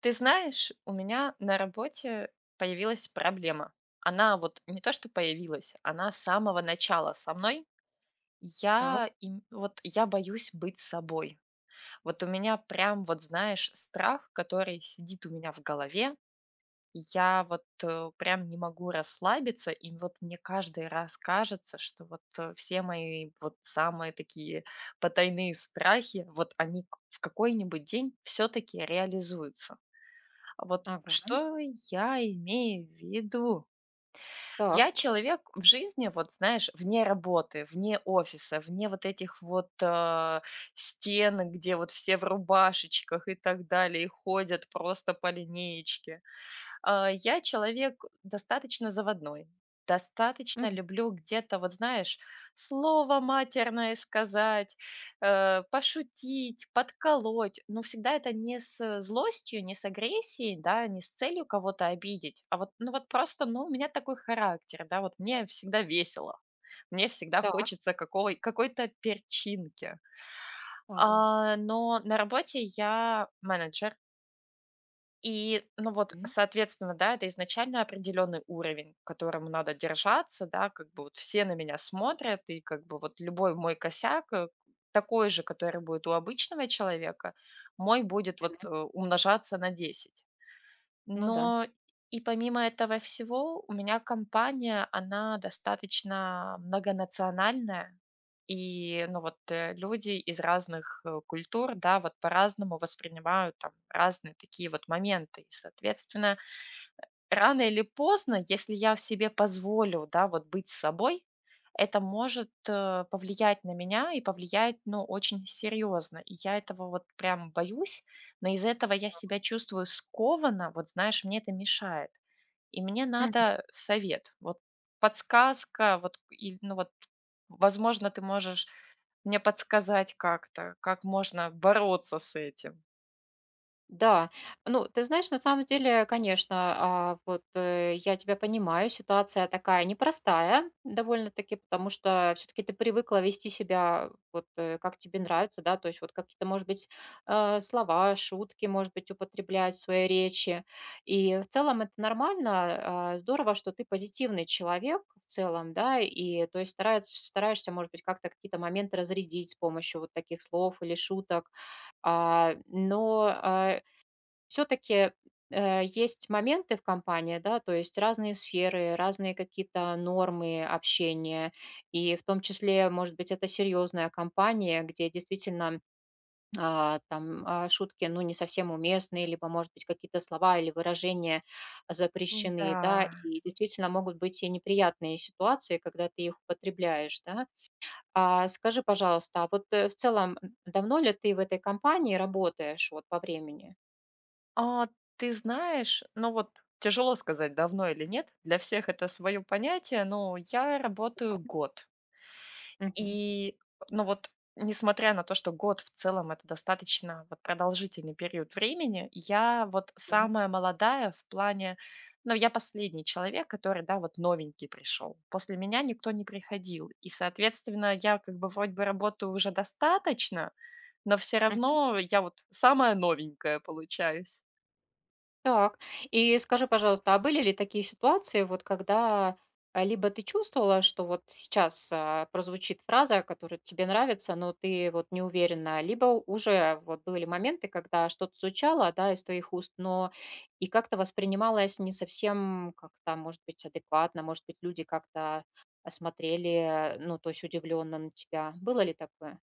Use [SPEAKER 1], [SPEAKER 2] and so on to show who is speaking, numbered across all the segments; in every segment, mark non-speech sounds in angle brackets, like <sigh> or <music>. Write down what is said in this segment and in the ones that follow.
[SPEAKER 1] Ты знаешь, у меня на работе появилась проблема. Она вот не то, что появилась, она с самого начала со мной.
[SPEAKER 2] Так,
[SPEAKER 1] Вот я боюсь быть собой. Вот у меня прям вот знаешь страх, который сидит у меня в голове. Я вот прям не могу расслабиться, и вот мне каждый раз кажется, что вот все мои вот самые такие потайные страхи, вот они в какой-нибудь день все-таки реализуются. Вот
[SPEAKER 2] ага.
[SPEAKER 1] что я имею в виду?
[SPEAKER 2] Так.
[SPEAKER 1] Я человек в жизни, вот знаешь, вне работы, вне офиса, вне вот этих вот стен, где вот все в рубашечках и так далее, и ходят просто по линеечке. Я человек достаточно заводной, достаточно
[SPEAKER 2] Мгм.
[SPEAKER 1] люблю где-то, вот знаешь, слово матерное сказать, пошутить, подколоть, но всегда это не с злостью, не с агрессией, да, не с целью кого-то обидеть, а вот, ну вот просто, ну, у меня такой характер, да, вот мне всегда весело, мне всегда
[SPEAKER 2] Так,
[SPEAKER 1] хочется какой-то перчинки.
[SPEAKER 2] ага.
[SPEAKER 1] Но на работе я менеджер, и, ну вот,
[SPEAKER 2] М.
[SPEAKER 1] соответственно, да, это изначально определенный уровень, к которому надо держаться, да, как бы вот все на меня смотрят, и как бы вот любой мой косяк, такой же, который будет у обычного человека, мой будет вот умножаться на 10.
[SPEAKER 2] Ну да.
[SPEAKER 1] Но и помимо этого всего, у меня компания, она достаточно многонациональная, и, ну, вот, люди из разных, культур, да, вот по-разному воспринимают там разные такие вот моменты. И, соответственно, рано или поздно, если я себе позволю, да, вот быть собой, это может, повлиять на меня и повлиять, ну, очень серьезно. И я этого вот прям боюсь, но из-за этого я себя чувствую скованно, вот знаешь, мне это мешает. И мне надо совет, вот подсказка, вот, и, ну, вот, возможно, ты можешь мне подсказать как-то, как можно бороться с этим?
[SPEAKER 2] Да, ну, ты знаешь, на самом деле, конечно, я тебя понимаю, ситуация такая непростая довольно-таки, потому что все-таки ты привыкла вести себя как тебе нравится, да, то есть вот какие-то, может быть, слова, шутки, может быть, употреблять в своей речи. И в целом это нормально, здорово, что ты позитивный человек в целом, да, и то есть стараешься, может быть, как-то какие-то моменты разрядить с помощью вот таких слов или шуток. А, но а, все-таки есть моменты в компании, да, то есть разные сферы, разные какие-то нормы общения, и в том числе, может быть, это серьезная компания, где действительно шутки, ну, не совсем уместные, либо, может быть, какие-то слова или выражения запрещены, да,
[SPEAKER 1] Да.
[SPEAKER 2] и действительно могут быть и неприятные ситуации, когда ты их употребляешь, да. Скажи, пожалуйста, в целом давно ли ты в этой компании работаешь вот по времени?
[SPEAKER 1] А, ты знаешь, ну вот тяжело сказать, давно или нет. Для всех это свое понятие, но я работаю год.
[SPEAKER 2] Мгм.
[SPEAKER 1] И, ну вот, несмотря на то, что год в целом это достаточно вот продолжительный период времени, я вот самая молодая в плане, ну, я последний человек, который, да, вот новенький пришел. После меня никто не приходил. И, соответственно, я как бы вроде бы работаю уже достаточно, но все
[SPEAKER 2] Так.
[SPEAKER 1] равно я вот самая новенькая получаюсь.
[SPEAKER 2] Так. И скажи, пожалуйста, а были ли такие ситуации, вот когда, либо ты чувствовала, что вот сейчас, прозвучит фраза, которая тебе нравится, но ты вот не уверена, либо уже вот были моменты, когда что-то звучало, да, из твоих уст, но и как-то воспринималось не совсем как-то, может быть, адекватно, может быть, люди как-то, смотрели, ну, то есть удивленно на тебя. Было ли такое?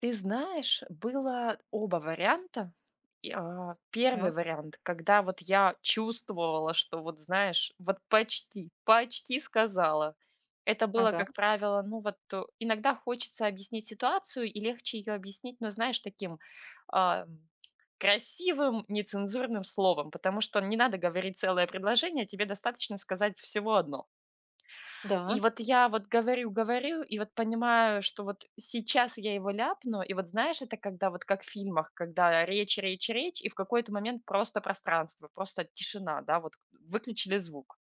[SPEAKER 1] Ты знаешь, было оба варианта. И, первый
[SPEAKER 2] Так.
[SPEAKER 1] вариант, когда вот я чувствовала, что вот, знаешь, вот почти, почти сказала. Это было,
[SPEAKER 2] Ага.
[SPEAKER 1] как правило, ну вот иногда хочется объяснить ситуацию и легче ее объяснить, но знаешь, таким а, красивым, нецензурным словом, потому что не надо говорить целое предложение, тебе достаточно сказать всего одно.
[SPEAKER 2] Да.
[SPEAKER 1] И вот я вот говорю, и вот понимаю, что вот сейчас я его ляпну. И вот знаешь, это когда вот как в фильмах, когда речь, и в какой-то момент просто пространство, просто тишина, да, вот выключили звук.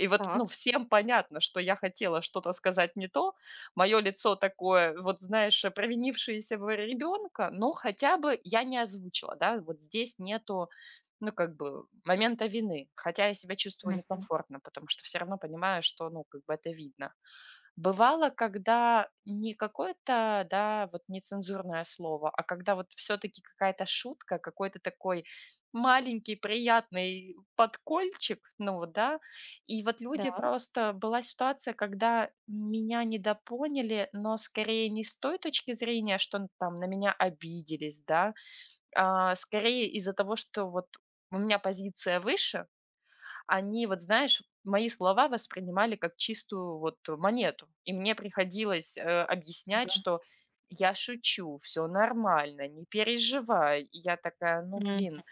[SPEAKER 1] И вот, ну,
[SPEAKER 2] Так.
[SPEAKER 1] всем понятно, что я хотела что-то сказать не то. Мое лицо такое, вот знаешь, провинившееся в ребенка, но хотя бы я не озвучила, да, вот здесь нету, ну, как бы, момента вины. Хотя я себя чувствую
[SPEAKER 2] Мгм.
[SPEAKER 1] некомфортно, потому что все равно понимаю, что, ну, как бы это видно. Бывало, когда не какое-то, да, вот нецензурное слово, а когда вот все-таки какая-то шутка, какой-то такой маленький приятный подкольчик, ну вот, да, и вот
[SPEAKER 2] Да.
[SPEAKER 1] люди просто. Была ситуация, когда меня недопоняли, но скорее не с той точки зрения, что там на меня обиделись, да, а скорее из-за того, что вот у меня позиция выше, они, вот знаешь, мои слова воспринимали как чистую вот монету. И мне приходилось, объяснять,
[SPEAKER 2] Да.
[SPEAKER 1] что я шучу, все нормально, не переживай. И я такая: "Ну, блин,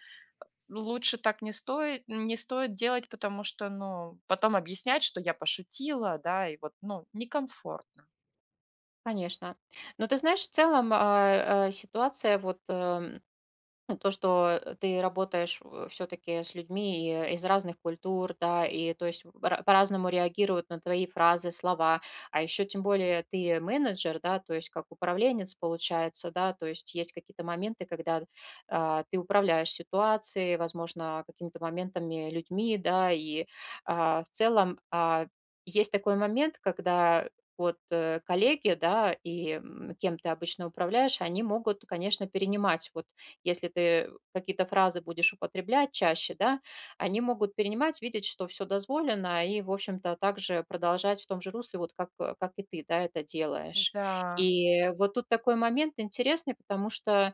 [SPEAKER 1] ну, лучше так не стоит делать, потому что, ну, потом объяснять, что я пошутила, да, и вот, ну, некомфортно".
[SPEAKER 2] Конечно. Но ты знаешь, в целом, а, ситуация вот, ну, то, что, ты работаешь, все таки с людьми, из разных культур, да, и то есть ра по-разному реагируют на твои фразы, слова. А еще тем более ты менеджер, да, то есть как управленец получается, да, то есть есть какие-то моменты, когда, ты управляешь ситуацией, возможно, какими-то моментами, людьми, да. И в целом, есть такой момент, когда коллеги, да, кем ты обычно управляешь, они могут, конечно, перенимать вот если ты какие-то фразы будешь употреблять чаще, да, они могут перенимать, видеть, что все дозволено, и, в общем-то, также продолжать в том же русле, как и ты, да, это делаешь.
[SPEAKER 1] Да.
[SPEAKER 2] И вот тут такой момент интересный, потому что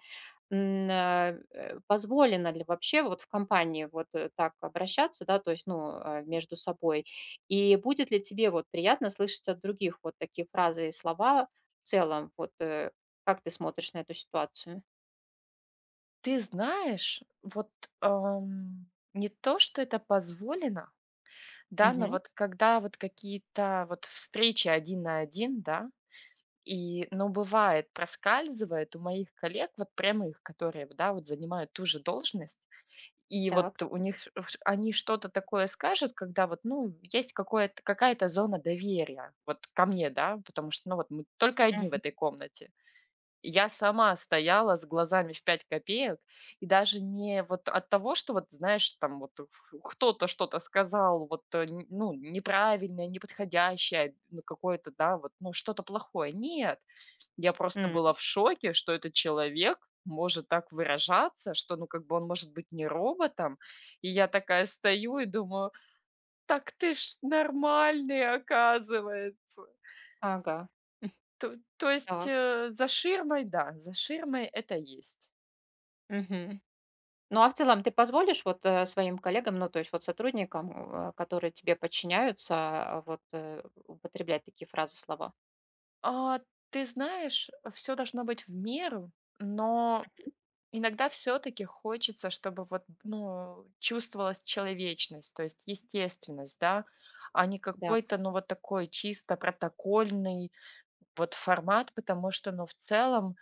[SPEAKER 2] позволено ли вообще в компании так обращаться, да, то есть, между собой, и будет ли тебе вот приятно слышать от других вот такие фразы и слова в целом, как ты смотришь на эту ситуацию?
[SPEAKER 1] Ты знаешь, вот, ам, не то, что это позволено, да, но вот когда вот какие-то вот встречи один на один, да. И, ну, бывает, проскальзывает у моих коллег, вот прямо их, которые, да, вот занимают ту же должность, и
[SPEAKER 2] Так.
[SPEAKER 1] вот у них, они что-то такое скажут, когда вот, ну, есть какое-то, какая-то зона доверия вот ко мне, да, потому что, ну, вот мы только одни в
[SPEAKER 2] Мгм.
[SPEAKER 1] этой комнате. Я сама стояла с глазами в 5 копеек, и даже не вот от того, что вот, знаешь, там вот ф кто-то что-то сказал, вот, э, н ну, неправильное, неподходящее, ну, какое-то, да, вот, ну, что-то плохое. Нет, я просто
[SPEAKER 2] М.
[SPEAKER 1] была в шоке, что этот человек может так выражаться, что, ну, как бы он может быть не роботом. И я такая стою и думаю: "Так ты ж нормальный, оказывается".
[SPEAKER 2] Ага. М.
[SPEAKER 1] То есть,
[SPEAKER 2] Так.
[SPEAKER 1] за ширмой, да, за ширмой это есть.
[SPEAKER 2] Мгм. Ну, а в целом ты позволишь своим коллегам, ну, то есть вот сотрудникам, которые тебе подчиняются, употреблять такие фразы, слова?
[SPEAKER 1] А, ты знаешь, все должно быть в меру, но иногда все таки хочется, чтобы вот, ну, чувствовалась человечность, то есть естественность, да, а не
[SPEAKER 2] Да.
[SPEAKER 1] какой-то, ну, вот такой чисто протокольный вот формат, потому что, ну, в целом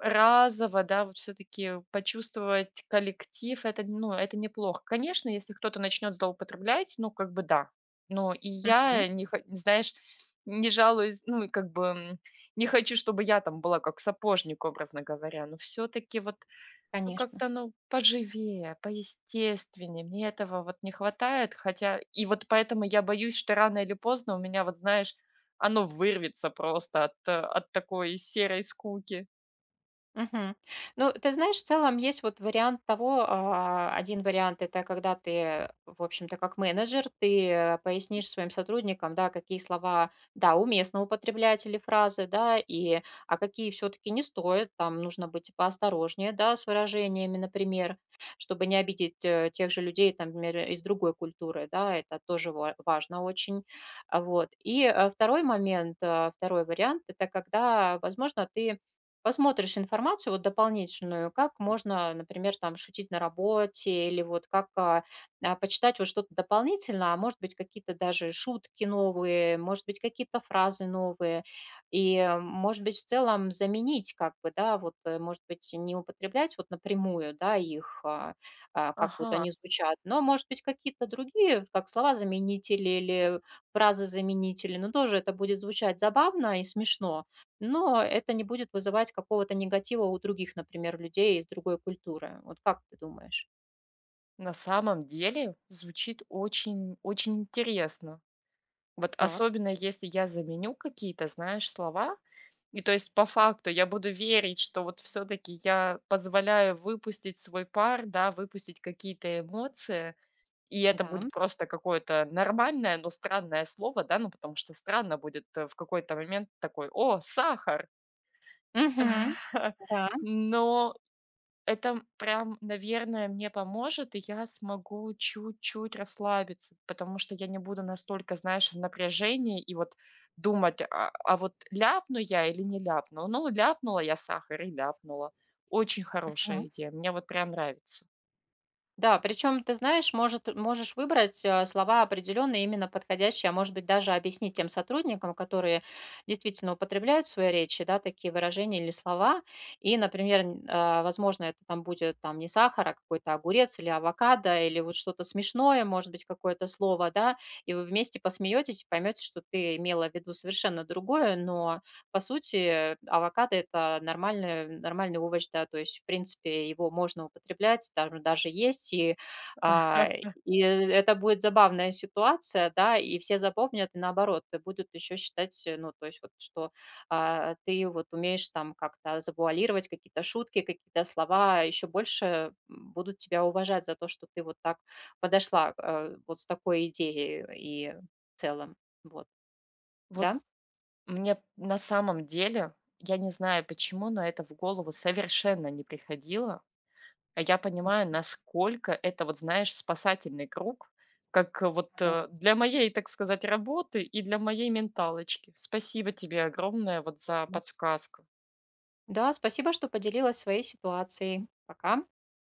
[SPEAKER 1] разово, да, вот все таки почувствовать коллектив- это, ну, это неплохо. Конечно, если кто-то начнет злоупотреблять, ну, как бы да. Но и
[SPEAKER 2] Мгм.
[SPEAKER 1] я не хо знаешь, не жалуюсь, ну, и как бы, не хочу, чтобы я там была как сапожник, образно говоря. Но все таки вот, ну,
[SPEAKER 2] Конечно.
[SPEAKER 1] как-то, ну, поживее, поестественнее. Мне этого вот не хватает, хотя и вот поэтому я боюсь, что рано или поздно у меня, вот знаешь, оно вырвется просто от такой серой скуки.
[SPEAKER 2] Мгм. Ну, ты знаешь, в целом есть вот вариант того, один вариант - это когда ты, в общем-то, как менеджер, ты пояснишь своим сотрудникам, да, какие слова, да, уместно употреблять или фразы, да, и, а какие все таки не стоит, там нужно быть поосторожнее, да, с выражениями, например, чтобы не обидеть, тех же людей, там, например, из другой культуры, да, это тоже ва важно очень. А, вот. 2 момент, 2 вариант - это когда, возможно, ты посмотришь информацию вот дополнительную, как можно, например, там шутить на работе или почитать вот что-то дополнительно, а может быть какие-то даже шутки новые, может быть какие-то фразы новые. Может быть в целом заменить как бы, да, может быть не употреблять вот напрямую, да, их, как вот
[SPEAKER 1] Ага.
[SPEAKER 2] они звучат, но может быть какие-то другие, как слова-заменители или фразы-заменители, но тоже это будет звучать забавно и смешно, но это не будет вызывать какого-то негатива у других, например, людей из другой культуры. Вот как ты думаешь?
[SPEAKER 1] На самом деле звучит очень очень интересно. Вот
[SPEAKER 2] Так,
[SPEAKER 1] особенно если я заменю какие-то, знаешь, слова. И то есть по факту я буду верить, что вот все-таки я позволяю выпустить свой пар, да, выпустить какие-то эмоции. И это
[SPEAKER 2] да.
[SPEAKER 1] будет просто какое-то нормальное, но странное слово, да, ну потому что странно будет в какой-то момент такой, о, сахар.
[SPEAKER 2] Мгм.
[SPEAKER 1] <laughs>
[SPEAKER 2] Да.
[SPEAKER 1] Но это, прям, наверное, мне поможет, и я смогу чуть-чуть расслабиться, потому что я не буду настолько, знаешь, в напряжении и вот думать: "А вот ляпну я или не ляпну?" Ну, ляпнула я сахар и ляпнула. Очень хорошая идея, мне вот прям нравится.
[SPEAKER 2] Да, причем, ты знаешь, может, можешь выбрать слова определенные, именно подходящие, а может быть, даже объяснить тем сотрудникам, которые действительно употребляют в своей речи, да, такие выражения или слова. И, например, возможно, это там будет там не сахар, а какой-то огурец или авокадо, или вот что-то смешное, может быть, какое-то слово, да, и вы вместе посмеетесь и поймете, что ты имела в виду совершенно другое, но по сути, авокадо - это нормальный овощ, да, то есть, в принципе, его можно употреблять, там даже есть, и, а, и это будет забавная ситуация, да, и все запомнят, и наоборот, и будут еще считать, ну, то есть вот, что, ты вот умеешь там как-то завуалировать какие-то шутки, какие-то слова, еще больше будут тебя уважать за то, что ты вот так подошла, вот с такой идеей и в целом. Вот,
[SPEAKER 1] Вот
[SPEAKER 2] да?
[SPEAKER 1] мне на самом деле, я не знаю почему, но это в голову совершенно не приходило. А я понимаю, насколько это, вот знаешь, спасательный круг, как, вот,
[SPEAKER 2] Ага.
[SPEAKER 1] для моей, так сказать, работы и для моей менталочки. Спасибо тебе огромное вот за подсказку.
[SPEAKER 2] Да, спасибо, что поделилась своей ситуацией. Пока.